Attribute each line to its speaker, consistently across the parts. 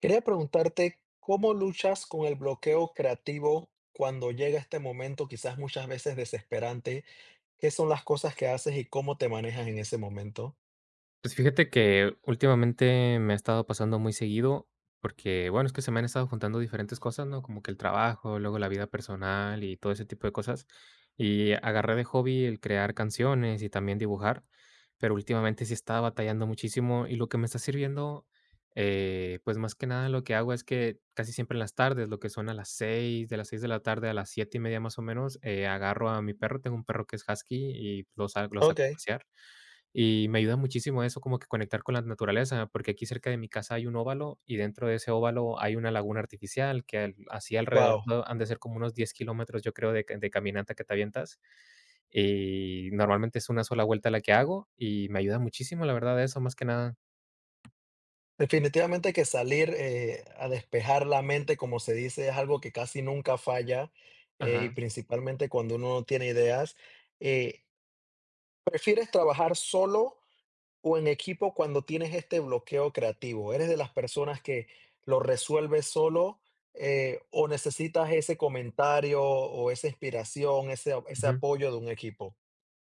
Speaker 1: Quería preguntarte, ¿cómo luchas con el bloqueo creativo cuando llega este momento, quizás muchas veces desesperante? ¿Qué son las cosas que haces y cómo te manejas en ese momento?
Speaker 2: Pues fíjate que últimamente me ha estado pasando muy seguido, porque bueno, es que se me han estado juntando diferentes cosas, ¿no? Como que el trabajo, luego la vida personal y todo ese tipo de cosas. Y agarré de hobby el crear canciones y también dibujar, pero últimamente sí estaba batallando muchísimo y lo que me está sirviendo, pues más que nada lo que hago es que casi siempre en las tardes, lo que son a las 6 de 6 de la tarde a 7:30 más o menos, agarro a mi perro, tengo un perro que es husky y lo
Speaker 1: Ok,
Speaker 2: saco a pasear y me ayuda muchísimo eso, como que conectar con la naturaleza, porque aquí cerca de mi casa hay un óvalo y dentro de ese óvalo hay una laguna artificial que así alrededor,
Speaker 1: wow.
Speaker 2: ¿no? Han de ser como unos 10 kilómetros, yo creo, de caminata que te avientas. Y normalmente es una sola vuelta la que hago y me ayuda muchísimo, la verdad, eso más que nada.
Speaker 1: Definitivamente que salir a despejar la mente, como se dice, es algo que casi nunca falla, y
Speaker 2: Ajá.
Speaker 1: principalmente cuando uno no tiene ideas. Eh, ¿Prefieres trabajar solo? O en equipo cuando tienes este bloqueo creativo, ¿eres de las personas que lo resuelves solo, o necesitas ese comentario o esa inspiración, ese apoyo de un equipo?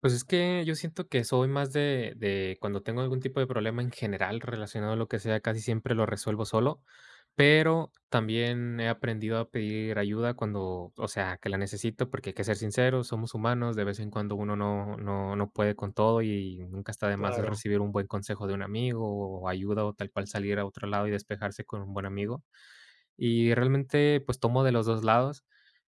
Speaker 2: Pues es que yo siento que soy más de cuando tengo algún tipo de problema en general relacionado a lo que sea, casi siempre lo resuelvo solo, pero también he aprendido a pedir ayuda cuando, o sea, que la necesito, porque hay que ser sinceros, somos humanos, de vez en cuando uno no puede con todo y nunca está de más
Speaker 1: Claro,
Speaker 2: recibir un buen consejo de un amigo o ayuda o tal cual salir a otro lado y despejarse con un buen amigo. Y realmente, pues, tomo de los 2 lados,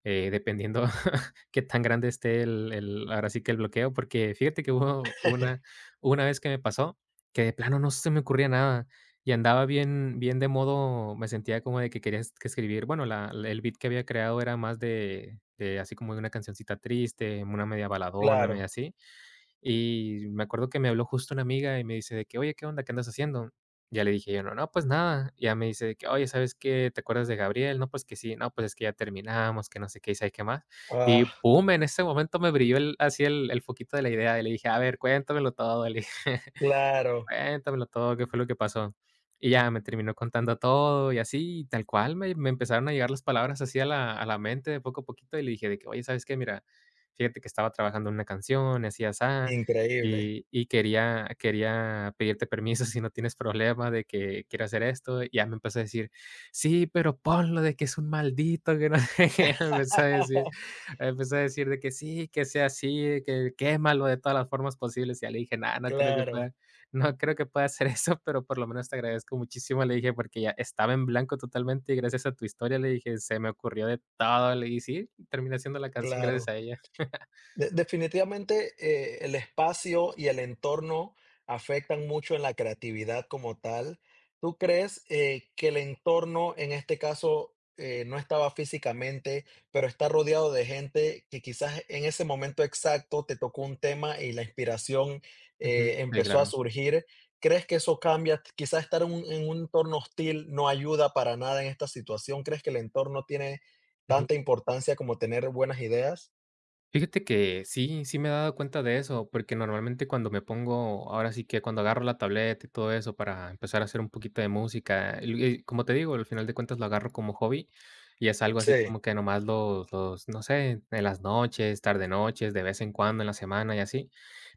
Speaker 2: dependiendo qué tan grande esté el ahora sí que el bloqueo, porque fíjate que hubo una una vez que me pasó que de plano no se me ocurría nada y andaba bien bien de modo, me sentía como de que quería, es que escribir, bueno, el beat que había creado era más de así como de una cancioncita triste, una media baladona, media
Speaker 1: claro,
Speaker 2: así. Y me acuerdo que me habló justo una amiga y me dice de que: "Oye, ¿qué onda? ¿Qué andas haciendo?". Ya le dije yo: "No, no, pues nada". Y ya me dice de que: "Oye, ¿sabes qué? ¿Te acuerdas de Gabriel? No, pues que sí, no, pues es que ya terminamos, que no sé qué y sabe qué más". Y
Speaker 1: ah,
Speaker 2: pum, en ese momento me brilló el así el foquito de la idea y le dije: "A ver, cuéntamelo todo", le dije.
Speaker 1: claro,
Speaker 2: Cuéntamelo todo, ¿qué fue lo que pasó? Y ya me terminó contando todo y así, y tal cual me empezaron a llegar las palabras así a la mente de poco a poquito, y le dije de que: "Oye, ¿sabes qué? Mira, fíjate que estaba trabajando en una canción, y así y asá,
Speaker 1: increíble.
Speaker 2: y quería pedirte permiso si no tienes problema de que quiero hacer esto". Y ya me empezó a decir: "Sí, pero ponlo de que es un maldito, que no sé qué". Me empezó a decir me empezó a decir de que: "Sí, que sea así, que quémalo de todas las formas posibles". Y ya le dije: "Nada, no creo que
Speaker 1: Claro,
Speaker 2: pueda". No creo que pueda hacer eso, pero por lo menos te agradezco muchísimo, le dije, porque ya estaba en blanco totalmente y gracias a tu historia, le dije, se me ocurrió de todo, le dije, sí, terminé haciendo la canción gracias
Speaker 1: claro.
Speaker 2: a ella.
Speaker 1: Definitivamente, el espacio y el entorno afectan mucho en la creatividad como tal. ¿Tú crees, que el entorno, en este caso, no estaba físicamente, pero está rodeado de gente que quizás en ese momento exacto te tocó un tema y la inspiración,
Speaker 2: Ujú. Sí,
Speaker 1: empezó a
Speaker 2: claro.
Speaker 1: surgir? ¿Crees que eso cambia? Quizás estar en un entorno hostil no ayuda para nada en esta situación. ¿Crees que el entorno tiene
Speaker 2: Ujú.
Speaker 1: tanta importancia como tener buenas ideas?
Speaker 2: Fíjate que sí, sí me he dado cuenta de eso, porque normalmente cuando me pongo, ahora sí que cuando agarro la tableta y todo eso para empezar a hacer un poquito de música, como te digo, al final de cuentas lo agarro como hobby y es algo así
Speaker 1: Sí.
Speaker 2: como que nomás no sé, en las noches, tarde noches, de vez en cuando, en la semana y así.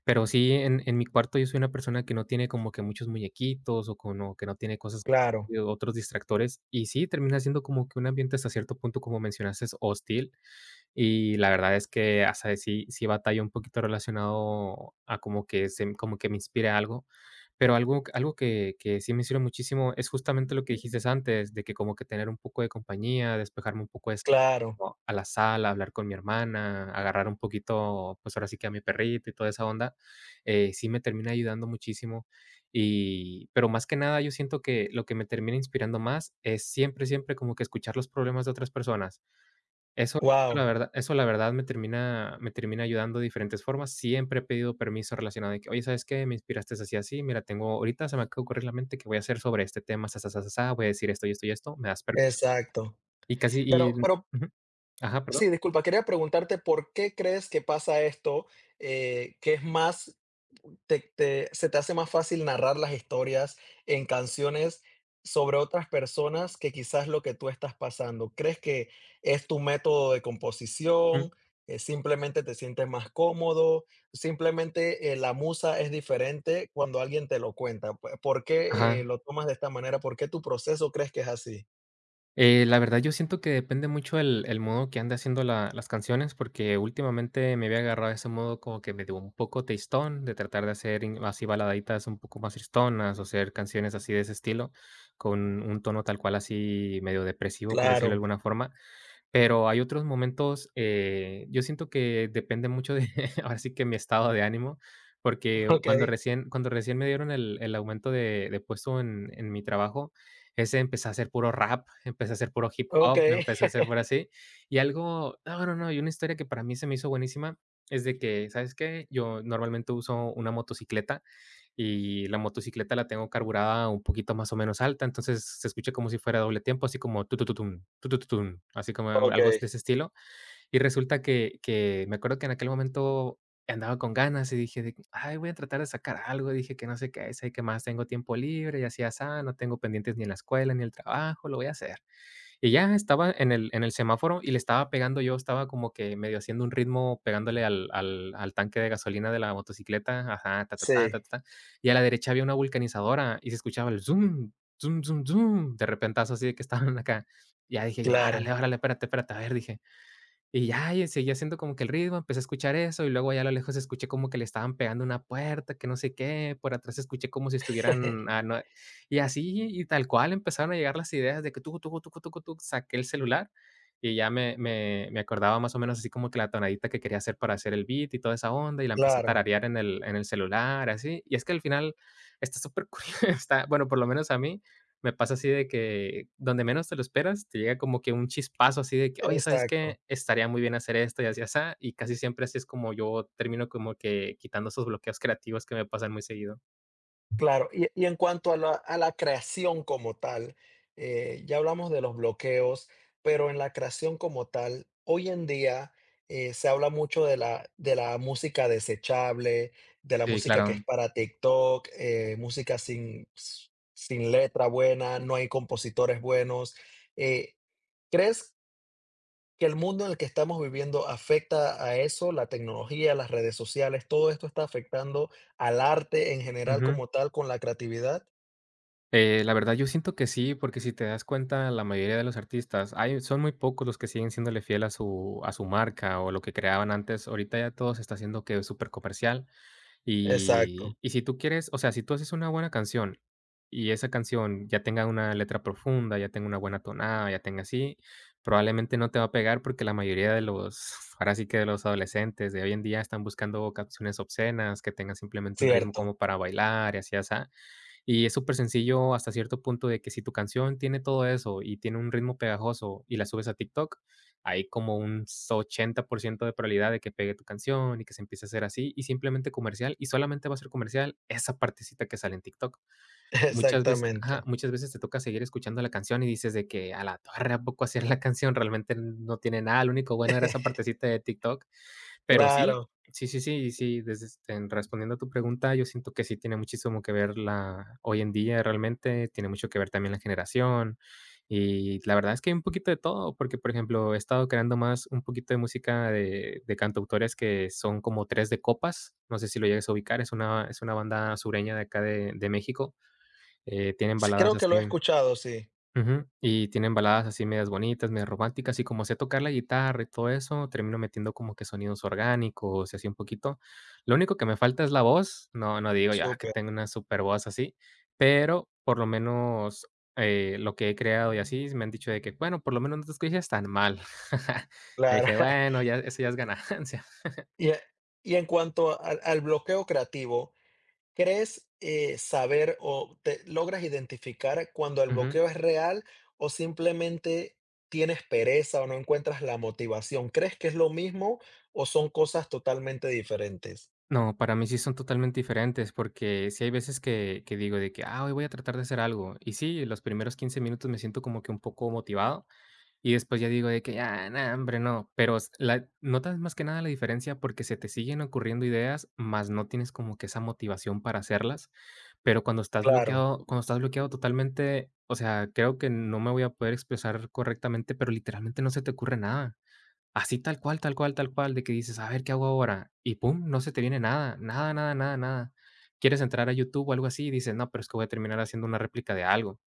Speaker 2: Pero sí, en mi cuarto yo soy una persona que no tiene como que muchos muñequitos o como que no tiene cosas,
Speaker 1: Claro,
Speaker 2: otros distractores y sí, termina siendo como que un ambiente hasta cierto punto, como mencionaste, hostil y la verdad es que hasta sí batalla un poquito relacionado a como que se como que me inspire algo, pero algo que sí me sirve muchísimo es justamente lo que dijiste antes, de que como que tener un poco de compañía, despejarme un poco de eso,
Speaker 1: claro.
Speaker 2: ¿no? A la sala, hablar con mi hermana, agarrar un poquito, pues, ahora sí que a mi perrito y toda esa onda, sí me termina ayudando muchísimo. Y pero más que nada, yo siento que lo que me termina inspirando más es siempre, siempre como que escuchar los problemas de otras personas. Eso eso la
Speaker 1: Wow,
Speaker 2: verdad, me termina ayudando de diferentes formas. Siempre he pedido permiso relacionado de que: "Oye, ¿sabes qué? Me inspiraste así, así. Mira, tengo ahorita se me acaba de ocurrir la mente que voy a hacer sobre este tema, sa, sa, sa, sa, sa, voy a decir esto y esto y esto, ¿me das permiso?".
Speaker 1: exacto.
Speaker 2: Y casi y
Speaker 1: Pero
Speaker 2: ujú. Ajá, perdón.
Speaker 1: sí, disculpa, quería preguntarte, ¿por qué crees que pasa esto? Que es más, te se te hace más fácil narrar las historias en canciones sobre otras personas que quizás lo que tú estás pasando. ¿Crees que es tu método de
Speaker 2: Ujú.
Speaker 1: composición? ¿Simplemente te sientes más cómodo? ¿Simplemente, la musa es diferente cuando alguien te lo cuenta? Pue, ¿por qué,
Speaker 2: Ajá.
Speaker 1: lo tomas de esta manera? ¿Por qué tu proceso crees que es así?
Speaker 2: La verdad, yo siento que depende mucho el modo que ande haciendo la las canciones, porque últimamente me había agarrado ese modo como que me dio un poco tristón, de tratar de hacer in así baladitas un poco más tristonas, o hacer canciones así de ese estilo, con un tono tal cual así medio depresivo, por decirlo de
Speaker 1: Claro,
Speaker 2: alguna forma. Pero hay otros momentos, yo siento que depende mucho de, ahora sí que mi estado de ánimo, porque
Speaker 1: okey,
Speaker 2: cuando recién me dieron el aumento de puesto en mi trabajo, ese empecé a hacer puro rap, empecé a hacer puro hip hop,
Speaker 1: okey,
Speaker 2: empecé a hacer por así. Y algo no, no, no, y una historia que para mí se me hizo buenísima es de que, ¿sabes qué? Yo normalmente uso una motocicleta, y la motocicleta la tengo carburada un poquito más o menos alta, entonces se escucha como si fuera doble tiempo, así como tu, tun, tu, así como algo
Speaker 1: okey.
Speaker 2: de ese estilo. Y resulta que me acuerdo que en aquel momento andaba con ganas y dije, de que, ay, voy a tratar de sacar algo, dije que no sé qué es, ay, que más tengo tiempo libre y así, así, no tengo pendientes ni en la escuela ni en el trabajo, lo voy a hacer. Y ya estaba en el semáforo y le estaba pegando yo, estaba como que medio haciendo un ritmo pegándole al tanque de gasolina de la motocicleta, ajá, ta, ta, ta, ta,
Speaker 1: Sí,
Speaker 2: ta, ta, y a la derecha había una vulcanizadora y se escuchaba el zoom zoom zoom zoom de repentazo así de que estaban acá. Ya dije yo: "Árale,
Speaker 1: claro,
Speaker 2: árale, espérate, espérate", a ver, dije, y ya, y seguía haciendo como que el ritmo, empecé a escuchar eso, y luego allá a lo lejos escuché como que le estaban pegando una puerta, que no sé qué, por atrás escuché como si estuvieran, ah, no, y así, y tal cual empezaron a llegar las ideas de que tucu, tucu, tucu, tucu, tuc, saqué el celular y ya me acordaba más o menos así como que la tonadita que quería hacer para hacer el beat y toda esa onda, y la empecé a
Speaker 1: claro,
Speaker 2: tararear en el celular, así. Y es que al final está súper curioso, está, bueno, por lo menos a mí, me pasa así de que donde menos te lo esperas, te llega como que un chispazo así de que, oye, ¿sabes
Speaker 1: exacto.
Speaker 2: qué? Estaría muy bien hacer esto y así, así, y casi siempre así es como yo termino como que quitando esos bloqueos creativos que me pasan muy seguido.
Speaker 1: Claro, y en cuanto a a la creación como tal, ya hablamos de los bloqueos, pero en la creación como tal, hoy en día, se habla mucho de de la música desechable, de la
Speaker 2: Sí,
Speaker 1: música que es
Speaker 2: claro.
Speaker 1: para TikTok, música sin letra buena, no hay compositores buenos. Eh, ¿Crees que el mundo en el que estamos viviendo afecta a eso, la tecnología, las redes sociales, todo esto está afectando al arte en general
Speaker 2: Ujú.
Speaker 1: como tal con la creatividad?
Speaker 2: La verdad yo siento que sí, porque si te das cuenta, la mayoría de los artistas, hay, son muy pocos los que siguen siéndole fiel a a su marca o lo que creaban antes. Ahorita ya todo se está haciendo que súper comercial.
Speaker 1: Exacto,
Speaker 2: Y si tú quieres, o sea, si tú haces una buena canción y esa canción ya tenga una letra profunda, ya tenga una buena tonada, ya tenga así, probablemente no te va a pegar porque la mayoría de los, ahora sí que de los adolescentes de hoy en día están buscando canciones obscenas, que tengan simplemente un ritmo
Speaker 1: cierto,
Speaker 2: como para bailar y así, asá. Y es súper sencillo hasta cierto punto de que si tu canción tiene todo eso y tiene un ritmo pegajoso y la subes a TikTok, hay como un 80% de probabilidad de que pegue tu canción y que se empiece a hacer así y simplemente comercial y solamente va a ser comercial esa partecita que sale en TikTok. Muchas veces, ajá,
Speaker 1: exactamente.
Speaker 2: muchas veces te toca seguir escuchando la canción y dices de que a la torre a poco hacer la canción realmente no tiene nada, lo único bueno era esa partecita de TikTok, pero sí,
Speaker 1: Claro,
Speaker 2: sí, sí, sí, sí, en respondiendo a tu pregunta, yo siento que sí tiene muchísimo que ver la hoy en día realmente, tiene mucho que ver también la generación, y la verdad es que hay un poquito de todo, porque, por ejemplo, he estado creando más un poquito de música de cantautores que son como Tres de Copas, no sé si lo llegues a ubicar, es una banda sureña de acá de México, tienen baladas
Speaker 1: creo que lo
Speaker 2: así.
Speaker 1: he escuchado, sí,
Speaker 2: Ujú. Y tienen baladas así medias bonitas, medias románticas, y como sé tocar la guitarra y todo eso, termino metiendo como que sonidos orgánicos y así un poquito. Lo único que me falta es la voz, no no digo, ya, que
Speaker 1: súper,
Speaker 2: tengo una super voz así, pero por lo menos, lo que he creado y así, me han dicho de que: "Bueno, por lo menos no te escuchas tan mal". Yo
Speaker 1: claro.
Speaker 2: dije: "Bueno, ya eso ya es ganancia".
Speaker 1: Y e y en cuanto al bloqueo creativo, ¿crees, saber o te logras identificar cuando el bloqueo es real o simplemente tienes pereza o no encuentras la motivación? ¿Crees que es lo mismo o son cosas totalmente diferentes?
Speaker 2: No, para mí sí son totalmente diferentes, porque sí hay veces que digo de que, ah, hoy voy a tratar de hacer algo. Y sí, los primeros 15 minutos me siento como que un poco motivado y después ya digo de que, ah, no, hombre, no. Pero s- la, notas más que nada la diferencia porque se te siguen ocurriendo ideas, más no tienes como que esa motivación para hacerlas. Pero
Speaker 1: Claro,
Speaker 2: cuando estás bloqueado totalmente, o sea, creo que no me voy a poder expresar correctamente, pero literalmente no se te ocurre nada. Así tal cual, tal cual, tal cual, de que dices: "A ver, ¿qué hago ahora?". Y pum, no se te viene nada, nada, nada, nada, nada. Quieres entrar a YouTube o algo así, y dices: "No, pero es que voy a terminar haciendo una réplica de algo".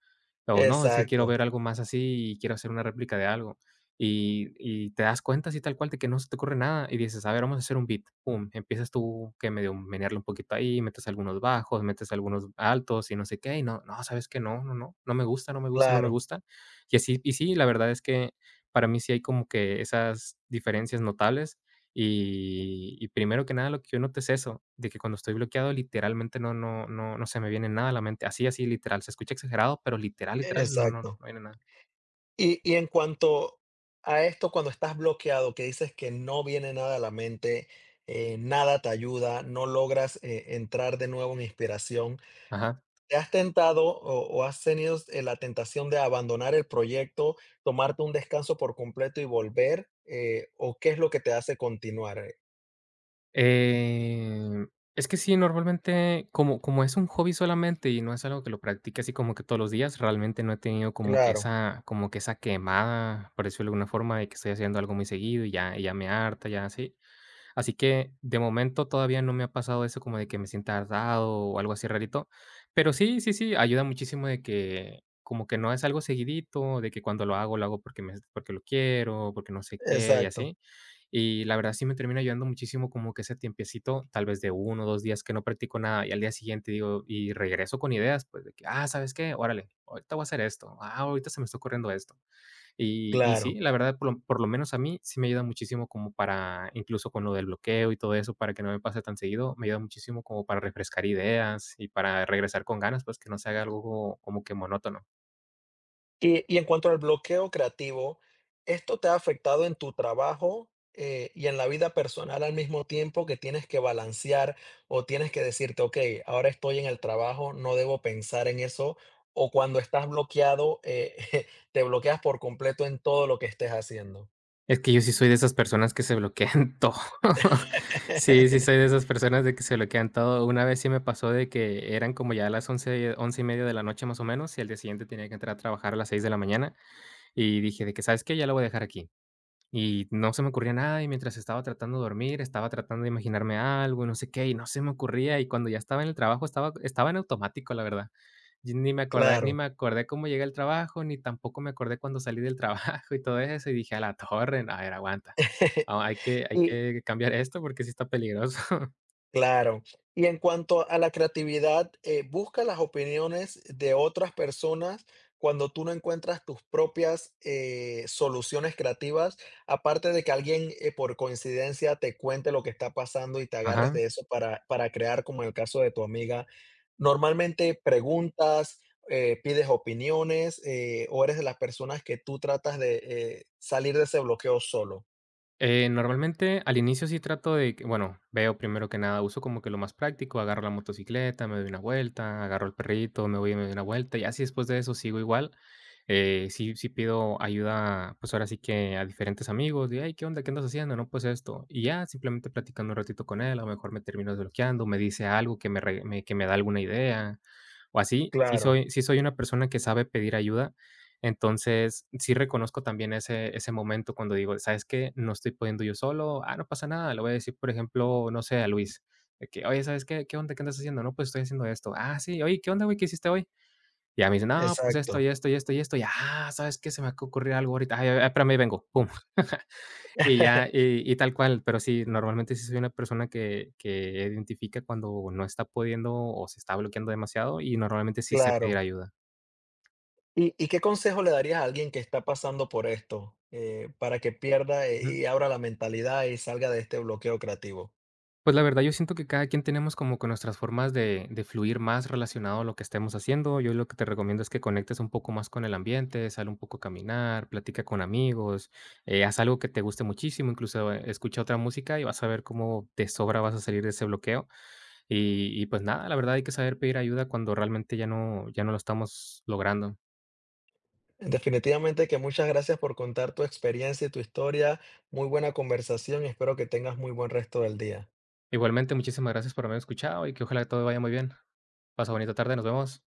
Speaker 2: O: "No, es que quiero
Speaker 1: exacto,
Speaker 2: ver algo más así y quiero hacer una réplica de algo". Y te das cuenta así tal cual de que no se te ocurre nada, y dices: "A ver, vamos a hacer un beat". Pum, empiezas tú que medio menearle un poquito ahí, metes algunos bajos, metes algunos altos y no sé qué, y no, no, ¿sabes que No, no, no, no me gusta, no me gusta, no me
Speaker 1: claro,
Speaker 2: gusta. Y así y sí, la verdad es que para mí sí hay como que esas diferencias notables. Y primero que nada, lo que yo noto es eso, de que cuando estoy bloqueado, literalmente no no no no se me viene nada a la mente. Así, así, literal. Se escucha exagerado, pero literal, literal, no, no,
Speaker 1: exacto.
Speaker 2: no viene nada.
Speaker 1: Y en cuanto a esto, cuando estás bloqueado, que dices que no viene nada a la mente, nada te ayuda, no logras, entrar de nuevo en inspiración,
Speaker 2: Ajá.
Speaker 1: ¿te has tentado o has tenido, la tentación de abandonar el proyecto, tomarte un descanso por completo y volver? ¿O qué es lo que te hace continuar?
Speaker 2: Eh, es que sí, normalmente, como es un hobby solamente y no es algo que lo practique así como que todos los días, realmente no he tenido
Speaker 1: Claro,
Speaker 2: como que esa quemada, por decirlo de alguna forma, de que estoy haciendo algo muy seguido y ya me harta, ya así. Así que, de momento, todavía no me ha pasado eso como de que me sienta hartado o algo así rarito. Pero sí, sí, sí, ayuda muchísimo de que como que no es algo seguidito, de que cuando lo hago porque me porque lo quiero, porque no sé qué y
Speaker 1: exacto,
Speaker 2: así. Y la verdad sí me termina ayudando muchísimo como que ese tiempecito, tal vez de 1 o 2 días que no practico nada, y al día siguiente digo y regreso con ideas, pues, de que: "Ah, ¿sabes qué? Órale, ahorita voy a hacer esto. Ah, ahorita se me está ocurriendo esto". Y sí,
Speaker 1: claro.
Speaker 2: la verdad, por lo menos a mí sí me ayuda muchísimo como para, incluso con lo del bloqueo y todo eso, para que no me pase tan seguido, me ayuda muchísimo como para refrescar ideas y para regresar con ganas, pues, que no se haga algo como que monótono.
Speaker 1: Y en cuanto al bloqueo creativo, ¿esto te ha afectado en tu trabajo, y en la vida personal al mismo tiempo que tienes que balancear o tienes que decirte: "Okey, ahora estoy en el trabajo, no debo pensar en eso", o cuando estás bloqueado, te bloqueas por completo en todo lo que estés haciendo?
Speaker 2: Es que yo sí soy de esas personas que se bloquean todo. Sí, sí soy de esas personas de que se bloquean todo. Una vez sí me pasó de que eran como ya las once y media de la noche, más o menos, y al día siguiente tenía que entrar a trabajar a las 6 de la mañana, y dije de que: "¿Sabes qué? Ya lo voy a dejar aquí". Y no se me ocurría nada, y mientras estaba tratando de dormir, estaba tratando de imaginarme algo, y no sé qué, y no se me ocurría, y cuando ya estaba en el trabajo, estaba en automático, la verdad. Y ni me acordé ni
Speaker 1: Claro.
Speaker 2: me acordé cómo llegué al trabajo, ni tampoco me acordé cuando salí del trabajo y todo eso, y dije: "A la torre, no a ver, aguanta. Ah, hay que hay
Speaker 1: Y
Speaker 2: que cambiar esto porque sí está peligroso".
Speaker 1: Claro. Y en cuanto a la creatividad, busca las opiniones de otras personas cuando tú no encuentras tus propias, soluciones creativas, aparte de que alguien, por coincidencia te cuente lo que está pasando y te agarres
Speaker 2: Ajá.
Speaker 1: de eso para crear, como en el caso de tu amiga. Normalmente preguntas, pides opiniones, o eres de las personas que tú tratas de, salir de ese bloqueo solo.
Speaker 2: Normalmente al inicio sí trato de que bueno, veo primero que nada, uso como que lo más práctico, agarro la motocicleta, me doy una vuelta, agarro el perrito, me voy y me doy una vuelta, y así después de eso sigo igual. Sí pido ayuda, pues, ahora sí que a diferentes amigos de: ay ¿qué onda? ¿Qué andas haciendo?". "No, pues esto". Y ya simplemente platicando un ratito con él, a lo mejor me termino desbloqueando, me dice algo que me da alguna idea, o así. Sí
Speaker 1: Claro,
Speaker 2: soy sí soy una persona que sabe pedir ayuda, entonces, sí reconozco también ese momento cuando digo: "¿Sabes qué? No estoy pudiendo yo solo, ah, no pasa nada". Le voy a decir, por ejemplo, no sé, a Luis, de que: "Oye, ¿sabes qué? ¿Qué onda? ¿Qué andas haciendo?". "No, pues estoy haciendo esto". "Ah, sí, oye, ¿qué onda, güey? ¿Qué hiciste hoy?". Y a mí dice: "No, pues esto, y
Speaker 1: exacto.
Speaker 2: esto, y esto, y esto". Y, ah, ¿sabes qué? Se me acaba de ocurrir algo ahorita. Ay, ay, ay, espérame, ahí vengo, pum. Y ya, y tal cual. Pero sí, normalmente sí soy una persona que identifica cuando no está pudiendo o se está bloqueando demasiado y normalmente sí se pedir
Speaker 1: Claro.
Speaker 2: ayuda.
Speaker 1: ¿Y qué consejo le darías a alguien que está pasando por esto, para que pierda y abra la mentalidad y salga de este bloqueo creativo?
Speaker 2: Pues, la verdad, yo siento que cada quien tenemos como que nuestras formas de fluir más relacionado a lo que estemos haciendo. Yo lo que te recomiendo es que conectes un poco más con el ambiente, sal un poco a caminar, platica con amigos, haz algo que te guste muchísimo, incluso escucha otra música y vas a ver cómo de sobra vas a salir de ese bloqueo. Y pues nada, la verdad hay que saber pedir ayuda cuando realmente ya no lo estamos logrando.
Speaker 1: Definitivamente que muchas gracias por contar tu experiencia y tu historia. Muy buena conversación y espero que tengas muy buen resto del día.
Speaker 2: Igualmente, muchísimas gracias por haberme escuchado y que ojalá todo vaya muy bien. Pasa bonita tarde, nos vemos.